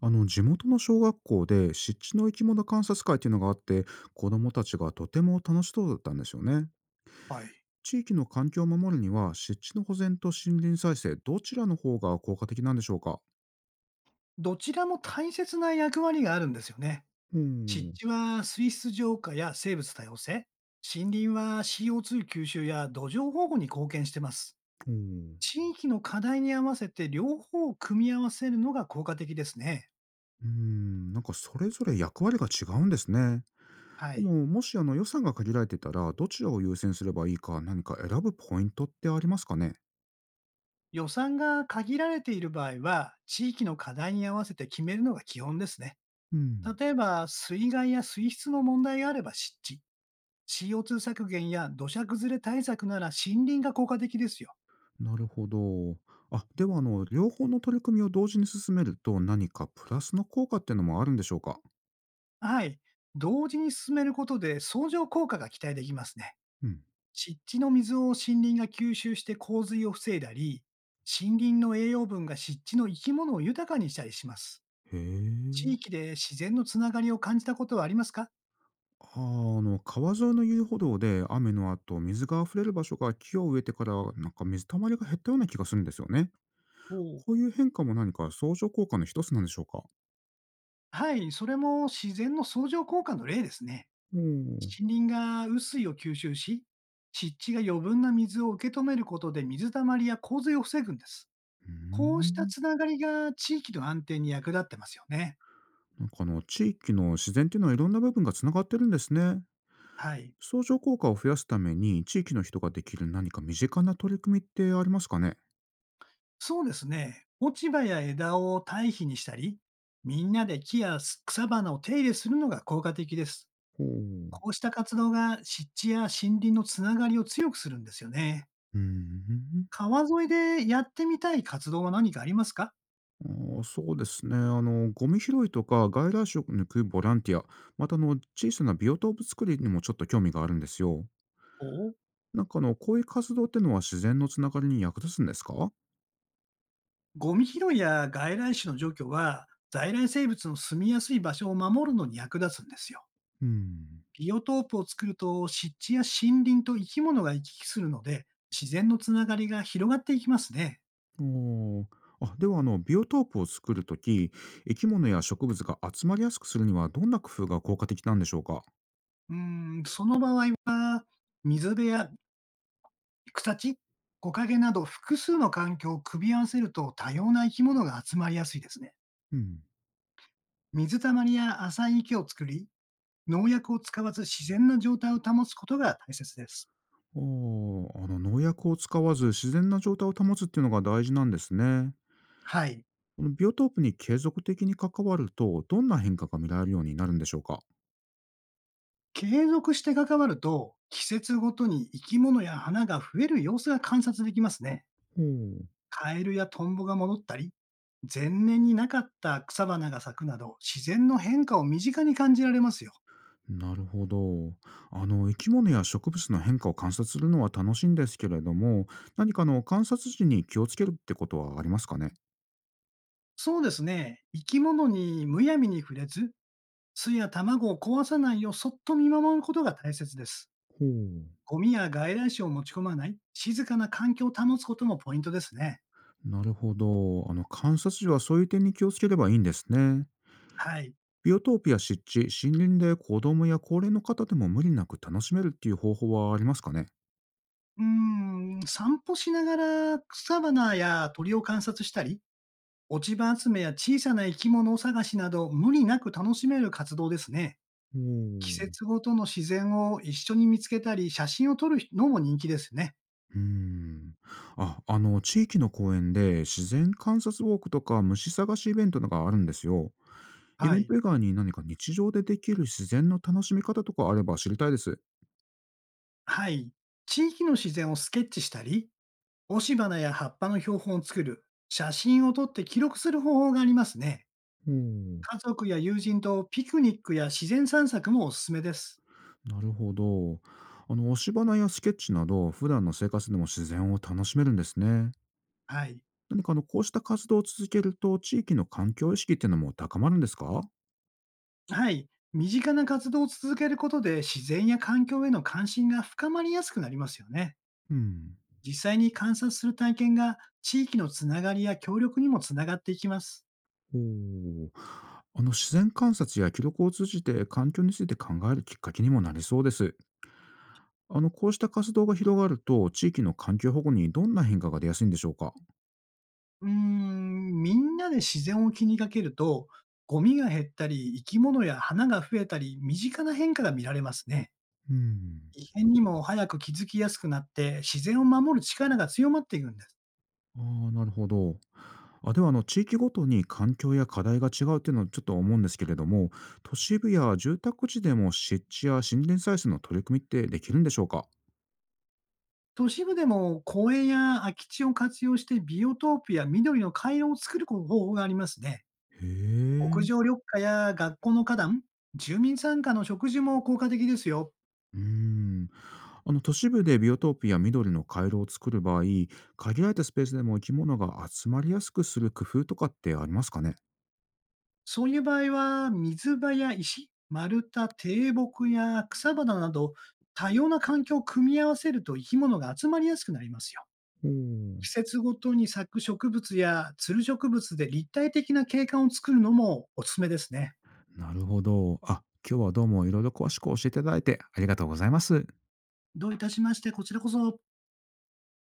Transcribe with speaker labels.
Speaker 1: 地元の小学校で湿地の生き物観察会っていうのがあって子どもたちがとても楽しそうだったんですよね。
Speaker 2: はい。
Speaker 1: 地域の環境を守るには湿地の保全と森林再生どちらの方が効果的なんでしょうか？
Speaker 2: どちらも大切な役割があるんですよね。
Speaker 1: ほう
Speaker 2: 湿
Speaker 1: ほ
Speaker 2: 地は水質浄化や生物多様性、森林は CO2 吸収や土壌保護に貢献してます。
Speaker 1: う。
Speaker 2: 地域の課題に合わせて両方を組み合わせるのが効果的ですね。
Speaker 1: なんかそれぞれ役割が違うんですね。
Speaker 2: は
Speaker 1: で
Speaker 2: い。
Speaker 1: ももし予算が限られてたらどちらを優先すればいいか何か選ぶポイントってありますかね？
Speaker 2: 予算が限られている場合は、地域の課題に合わせて決めるのが基本ですね。
Speaker 1: うん。
Speaker 2: 例えば、水害や水質の問題があれば湿地、CO2 削減や土砂崩れ対策なら森林が効果的ですよ。
Speaker 1: なるほど。あ、では両方の取り組みを同時に進めると、何かプラスの効果っていうのもあるんでしょうか？
Speaker 2: はい。同時に進めることで相乗効果が期待できますね。
Speaker 1: うん。
Speaker 2: 湿地の水を森林が吸収して洪水を防いだり、森林の栄養分が湿地の生き物を豊かにしたりします。
Speaker 1: へ
Speaker 2: 地
Speaker 1: え。
Speaker 2: 域で自然のつながりを感じたことはありますか？
Speaker 1: ああ、川沿いの遊歩道で雨の後、水が溢れる場所が木を植えてから、なんか水たまりが減ったような気がするんですよね。
Speaker 2: おう。
Speaker 1: こういう変化も何か相乗効果の一つなんでしょうか？
Speaker 2: はい、それも自然の相乗効果の例ですね。
Speaker 1: おお。うー
Speaker 2: 森林が雨水を吸収し、湿地が余分な水を受け止めることで水たまりや洪水を防ぐんです。こうした
Speaker 1: ん。
Speaker 2: つながりが地域の安定に役立ってますよね。
Speaker 1: なんか地域の自然っていうのはいろんな部分が繋がってるんですね。
Speaker 2: はい。
Speaker 1: 相乗効果を増やすために、地域の人ができる何か身近な取り組みってありますかね？
Speaker 2: そうですね。落ち葉や枝を堆肥にしたり、みんなで木や草花を手入れするのが効果的です。
Speaker 1: ほう。
Speaker 2: こうした活動が湿地や森林のつながりを強くするんですよね。
Speaker 1: うん。
Speaker 2: 川沿いでやってみたい活動は何かありますか？
Speaker 1: あそうですね。ゴミ拾いとか外来種を抜くボランティア、また小さなビオトープ作りにもちょっと興味があるんですよ。
Speaker 2: お。
Speaker 1: なんかこういう活動ってのは自然のつながりに役立つんですか？
Speaker 2: ゴミ拾いや外来種の除去は、在来生物の住みやすい場所を守るのに役立つんですよ。
Speaker 1: うん。
Speaker 2: ビオトープを作ると湿地や森林と生き物が行き来するので、自然のつながりが広がっていきますね。
Speaker 1: おー。あ、ではビオトープを作るとき、生き物や植物が集まりやすくするにはどんな工夫が効果的なんでしょうか？
Speaker 2: うーん、その場合は、水辺や草地、木陰など複数の環境を組み合わせると多様な生き物が集まりやすいですね。
Speaker 1: うん。
Speaker 2: 水たまりや浅い池を作り、農薬を使わず自然な状態を保つことが大切です。
Speaker 1: おー。農薬を使わず自然な状態を保つっていうのが大事なんですね。
Speaker 2: はい。
Speaker 1: このビオトープに継続的に関わると、どんな変化が見られるようになるんでしょうか？
Speaker 2: 継続して関わると、季節ごとに生き物や花が増える様子が観察できますね。
Speaker 1: ほう。
Speaker 2: カエルやトンボが戻ったり、前年になかった草花が咲くなど、自然の変化を身近に感じられますよ。
Speaker 1: なるほど。生き物や植物の変化を観察するのは楽しいんですけれども、何か観察時に気をつけるってことはありますかね？
Speaker 2: そうですね。生き物にむやみに触れず、巣や卵を壊さないようそっと見守ることが大切です。
Speaker 1: ほう。
Speaker 2: ゴミや外来種を持ち込まない、静かな環境を保つこともポイントですね。
Speaker 1: なるほど。観察時はそういう点に気をつければいいんですね。
Speaker 2: はい。
Speaker 1: ビオトープや湿地、森林で子供や高齢の方でも無理なく楽しめるっていう方法はありますかね？
Speaker 2: うーん、散歩しながら草花や鳥を観察したり、落ち葉集めや小さな生き物を探しなど、無理なく楽しめる活動ですね。
Speaker 1: ほ
Speaker 2: 季節
Speaker 1: う。
Speaker 2: ごとの自然を一緒に見つけたり、写真を撮るのも人気ですね。
Speaker 1: うーん。あ、地域の公園で自然観察ウォークとか虫探しイベントなんかあるんですよ。イ
Speaker 2: は
Speaker 1: ベン
Speaker 2: い。
Speaker 1: ト以外に何か日常でできる自然の楽しみ方とかあれば知りたいです。
Speaker 2: はい。地域の自然をスケッチしたり、押し花や葉っぱの標本を作る、写真を撮って記録する方法がありますね。
Speaker 1: おん、
Speaker 2: 家族や友人とピクニックや自然散策もおすすめです。
Speaker 1: なるほど。押し花やスケッチなど、普段の生活でも自然を楽しめるんですね。
Speaker 2: はい。
Speaker 1: 何かこうした活動を続けると、地域の環境意識っていうのも高まるんですか？
Speaker 2: はい。身近な活動を続けることで自然や環境への関心が深まりやすくなりますよね。
Speaker 1: うん。
Speaker 2: 実際に観察する体験が地域のつながりや協力にもつながっていきます。
Speaker 1: おー。自然観察や記録を通じて環境について考えるきっかけにもなりそうです。こうした活動が広がると、地域の環境保護にどんな変化が出やすいんでしょうか？
Speaker 2: うーん、みんなで自然を気にかけると、ゴミが減ったり、生き物や花が増えたり、身近な変化が見られますね。
Speaker 1: うん。
Speaker 2: 異変にも早く気づきやすくなって、自然を守る力が強まっていくんです。
Speaker 1: ああ、なるほど。あ、では地域ごとに環境や課題が違うっていうのをちょっと思うんですけれども、都市部や住宅地でも湿地や森林再生の取り組みってできるんでしょうか？
Speaker 2: 都市部でも公園や空き地を活用してビオトープや緑の回廊を作る方法がありますね。
Speaker 1: へ
Speaker 2: 屋
Speaker 1: え。う
Speaker 2: 上緑化や学校の花壇、住民参加の植樹も効果的ですよ。
Speaker 1: ーん。都市部でビオトープや緑の回廊を作る場合、限られたスペースでも生き物が集まりやすくする工夫とかってありますかね？
Speaker 2: そういう場合は、水場や石、丸太、低木や草花など、多様な環境を組み合わせると生き物が集まりやすくなりますよ。
Speaker 1: おお。
Speaker 2: 季節ごとに咲く植物やつる植物で立体的な景観を作るのもおすすめですね。
Speaker 1: なるほど。あ、今日はどうもいろいろ詳しく教えていただいてありがとうございます。
Speaker 2: どういたしまして、こちらこそ。